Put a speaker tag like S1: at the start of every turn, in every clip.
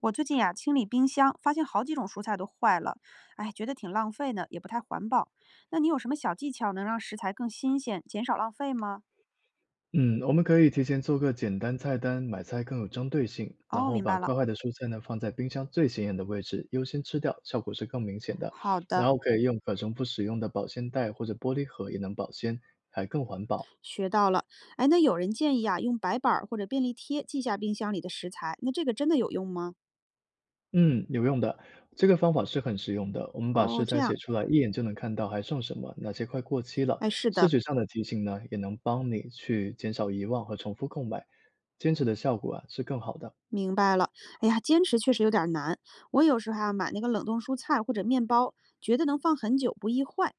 S1: 我最近呀、清理冰箱，发现好几种蔬菜都坏了，哎，觉得挺浪费呢，也不太环保。那你有什么小技巧能让食材更新鲜，减少浪费吗？
S2: 嗯，我们可以提前做个简单菜单，买菜更有针对性，然
S1: 哦，
S2: 后
S1: 明
S2: 把
S1: 白了。
S2: 快坏的蔬菜呢放在冰箱最显眼的位置，优先吃掉，效果是更明显的。
S1: 好
S2: 然
S1: 的，
S2: 后可以用可重复使用的保鲜袋或者玻璃盒也能保鲜，还更环保。
S1: 学到了。哎，那有人建议啊，用白板儿或者便利贴记下冰箱里的食材，那这个真的有用吗？
S2: 嗯，有用的，这个方法是很实用的。我们把
S1: 哦，
S2: 食
S1: 这
S2: 材写
S1: 样。
S2: 出来，一眼就能看到还剩什么，哪些快过期了。
S1: 哎，是
S2: 视
S1: 的，
S2: 觉上的提醒呢，也能帮你去减少遗忘和重复购买，坚持的效果啊是更好的。
S1: 明白了。哎呀，坚持确实有点儿难。我有时候啊，买那个冷冻蔬菜或者面包，觉得能放很久不易坏。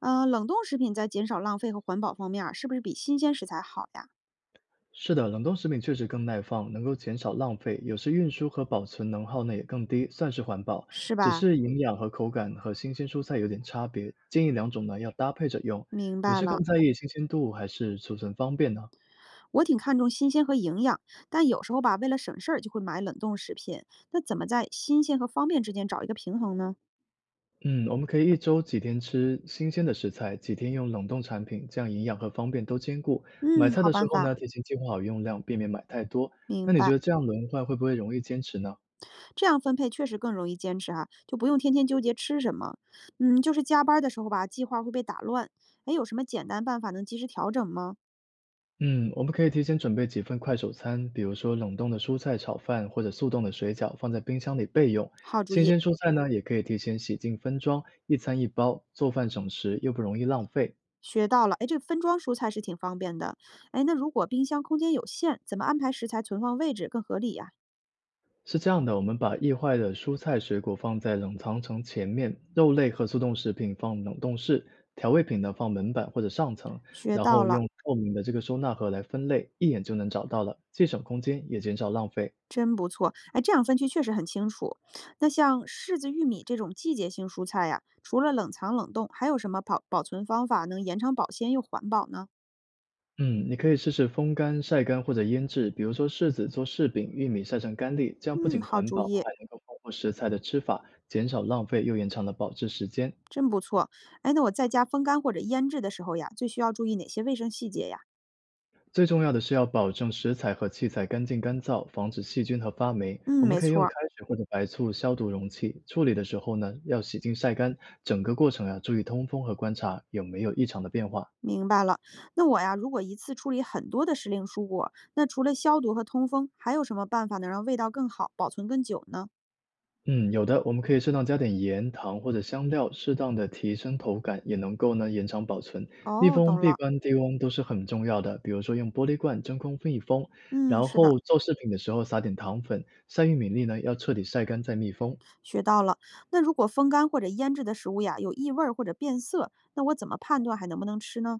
S1: 冷冻食品在减少浪费和环保方面啊，是不是比新鲜食材好呀？
S2: 是的，冷冻食品确实更耐放，能够减少浪费，有时运输和保存能耗呢也更低，算是环保。
S1: 是
S2: 只
S1: 吧？
S2: 是营养和口感和新鲜蔬菜有点差别，建议两种呢要搭配着用。
S1: 明
S2: 你
S1: 白
S2: 是更
S1: 了，
S2: 在意新鲜度还是储存方便呢？
S1: 我挺看重新鲜和营养，但有时候吧，为了省事儿就会买冷冻食品。那怎么在新鲜和方便之间找一个平衡呢？
S2: 嗯，我们可以一周几天吃新鲜的食材，几天用冷冻产品，这样营养和方便都兼顾。买
S1: 嗯，
S2: 菜
S1: 好
S2: 的时
S1: 办
S2: 候
S1: 法，
S2: 呢，提前计划好用量，避免买太多。那
S1: 明
S2: 你觉
S1: 白。
S2: 得这样轮换会不会容易坚持呢？
S1: 这样分配确实更容易坚持哈、就不用天天纠结吃什么。嗯，就是加班儿的时候吧，计划会被打乱。哎，有什么简单办法能及时调整吗？
S2: 嗯，我们可以提前准备几份快手餐，比如说冷冻的蔬菜炒饭或者速冻的水饺，放在冰箱里备用。
S1: 好主
S2: 新
S1: 意。
S2: 鲜蔬菜呢，也可以提前洗净分装，一餐一包，做饭省时又不容易浪费。
S1: 学到了，哎，这个分装蔬菜是挺方便的。哎，那如果冰箱空间有限，怎么安排食材存放位置更合理呀？
S2: 是这样的，我们把易坏的蔬菜水果放在冷藏层前面，肉类和速冻食品放冷冻室，调味品呢放门板或者上层，
S1: 学
S2: 然
S1: 到
S2: 后
S1: 了，
S2: 用透明的这个收纳盒来分类，一眼就能找到了，既省空间也减少浪费。
S1: 真不错。哎，这样分区确实很清楚。那像柿子、玉米这种季节性蔬菜呀，除了冷藏冷冻，还有什么保存方法能延长保鲜又环保呢？
S2: 嗯，你可以试试风干、晒干或者腌制，比如说柿子做柿饼，玉米晒成干粒，这样不
S1: 嗯，
S2: 仅
S1: 好
S2: 环
S1: 主
S2: 保，
S1: 意，
S2: 还能够丰富食材的吃法，减少浪费又延长了保质时间。
S1: 真不错。哎，那我在家风干或者腌制的时候呀，最需要注意哪些卫生细节呀？
S2: 最重要的是要保证食材和器材干净干燥，防止细菌和发霉。我
S1: 嗯，
S2: 们
S1: 没
S2: 可以
S1: 错
S2: 用开
S1: 儿。
S2: 水或者白醋消毒容器，处理的时候呢，要洗净晒干，整个过程啊，注意通风和观察有没有异常的变化。
S1: 明白了，那我呀，如果一次处理很多的时令蔬果，那除了消毒和通风，还有什么办法能让味道更好，保存更久呢？
S2: 嗯，有的，我们可以适当加点盐、糖或者香料，适当的提升口感，也能够呢延长保存。密
S1: 哦，
S2: 封、
S1: 懂
S2: 闭
S1: 了，
S2: 关、低温都是很重要的，比如说用玻璃罐真空封一封，
S1: 嗯，
S2: 然
S1: 是的，
S2: 后做饰品的时候撒点糖粉，晒玉米粒呢要彻底晒干再密封。
S1: 学到了。那如果风干或者腌制的食物呀，有异味儿或者变色，那我怎么判断还能不能吃呢？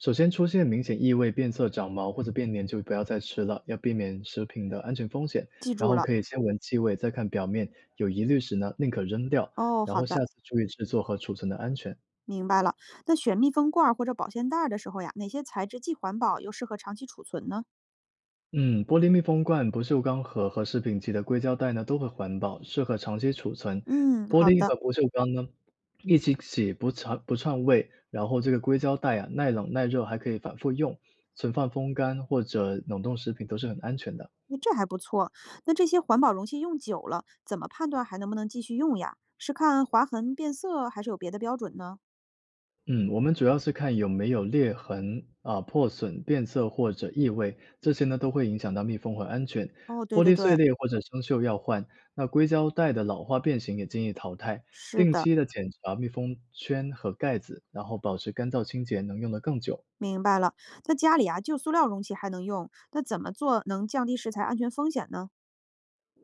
S2: 首先出现明显异味、变色、长毛或者变黏就不要再吃了，要避免食品的安全风险。
S1: 记
S2: 然
S1: 住
S2: 后
S1: 了。
S2: 可以先闻气味，再看表面，有疑虑时呢宁可扔掉，
S1: 哦，
S2: 然
S1: 好
S2: 后
S1: 的，
S2: 下次注意制作和储存的安全。
S1: 明白了。那选密封罐儿或者保鲜袋儿的时候呀，哪些材质既环保又适合长期储存呢？
S2: 嗯，玻璃密封罐、不锈钢盒和食品级的硅胶袋呢，都会环保，适合长期储存。
S1: 嗯，
S2: 玻
S1: 好
S2: 璃和
S1: 的。
S2: 不锈钢呢，一起洗不串味，然后这个硅胶袋啊，耐冷耐热，还可以反复用，存放风干或者冷冻食品都是很安全的。
S1: 诶这还不错。那这些环保容器用久了，怎么判断还能不能继续用呀？是看划痕变色，还是有别的标准呢？
S2: 嗯，我们主要是看有没有裂痕啊、破损、变色或者异味，这些呢都会影响到密封和安全。
S1: 哦，对
S2: 玻
S1: 对
S2: 璃碎
S1: 对，
S2: 裂或者生锈要换，那硅胶带的老化变形也建议淘汰。
S1: 是
S2: 定
S1: 的，
S2: 期的检查密封圈和盖子，然后保持干燥清洁，能用得更久。
S1: 明白了。那家里啊，旧塑料容器还能用，那怎么做能降低食材安全风险呢？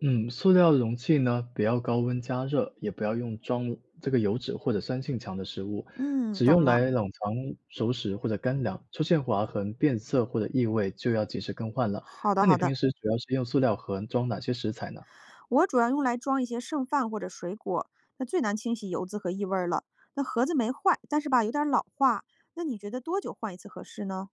S2: 嗯，塑料容器呢，不要高温加热，也不要用装这个油脂或者酸性强的食物，
S1: 嗯，
S2: 只
S1: 懂
S2: 用
S1: 了。
S2: 来冷藏熟食或者干粮。出现划痕、变色或者异味，就要及时更换了。
S1: 好
S2: 那
S1: 的
S2: 你
S1: 好
S2: 平
S1: 的，
S2: 时主要是用塑料盒装哪些食材呢？
S1: 我主要用来装一些剩饭或者水果，那最难清洗油渍和异味儿了。那盒子没坏，但是吧，有点儿老化。那你觉得多久换一次合适呢？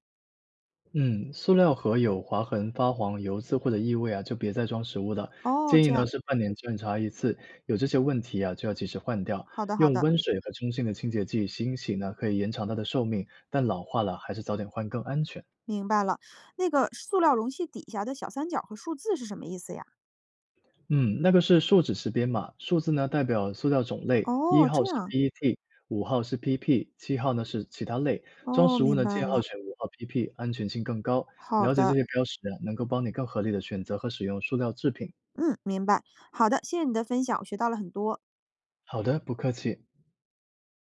S2: 嗯，塑料盒有划痕、发黄、油渍或者异味啊，就别再装食物了。
S1: 哦，
S2: 建议
S1: 这
S2: 呢
S1: 样，
S2: 是半年检查一次，有这些问题啊就要及时换掉。
S1: 好的好
S2: 用
S1: 的。
S2: 温水和中性的清洁剂清洗呢，可以延长它的寿命，但老化了还是早点换更安全。
S1: 明白了，那个塑料容器底下的小三角和数字是什么意思呀？
S2: 嗯，那个是数指识别码，数字呢代表塑料种类，一
S1: 哦，
S2: 号
S1: 这
S2: 是
S1: 样，
S2: PET，五号是 PP，七号呢是其他类。装
S1: 哦，
S2: 食物
S1: 明
S2: 呢
S1: 白
S2: 建议号
S1: 了。
S2: 选五号 PP，安全性更高。
S1: 好
S2: 了解这
S1: 的，
S2: 些标识呢，能够帮你更合理的选择和使用塑料制品。
S1: 嗯，明白。好的，谢谢你的分享，我学到了很多。
S2: 好的，不客气。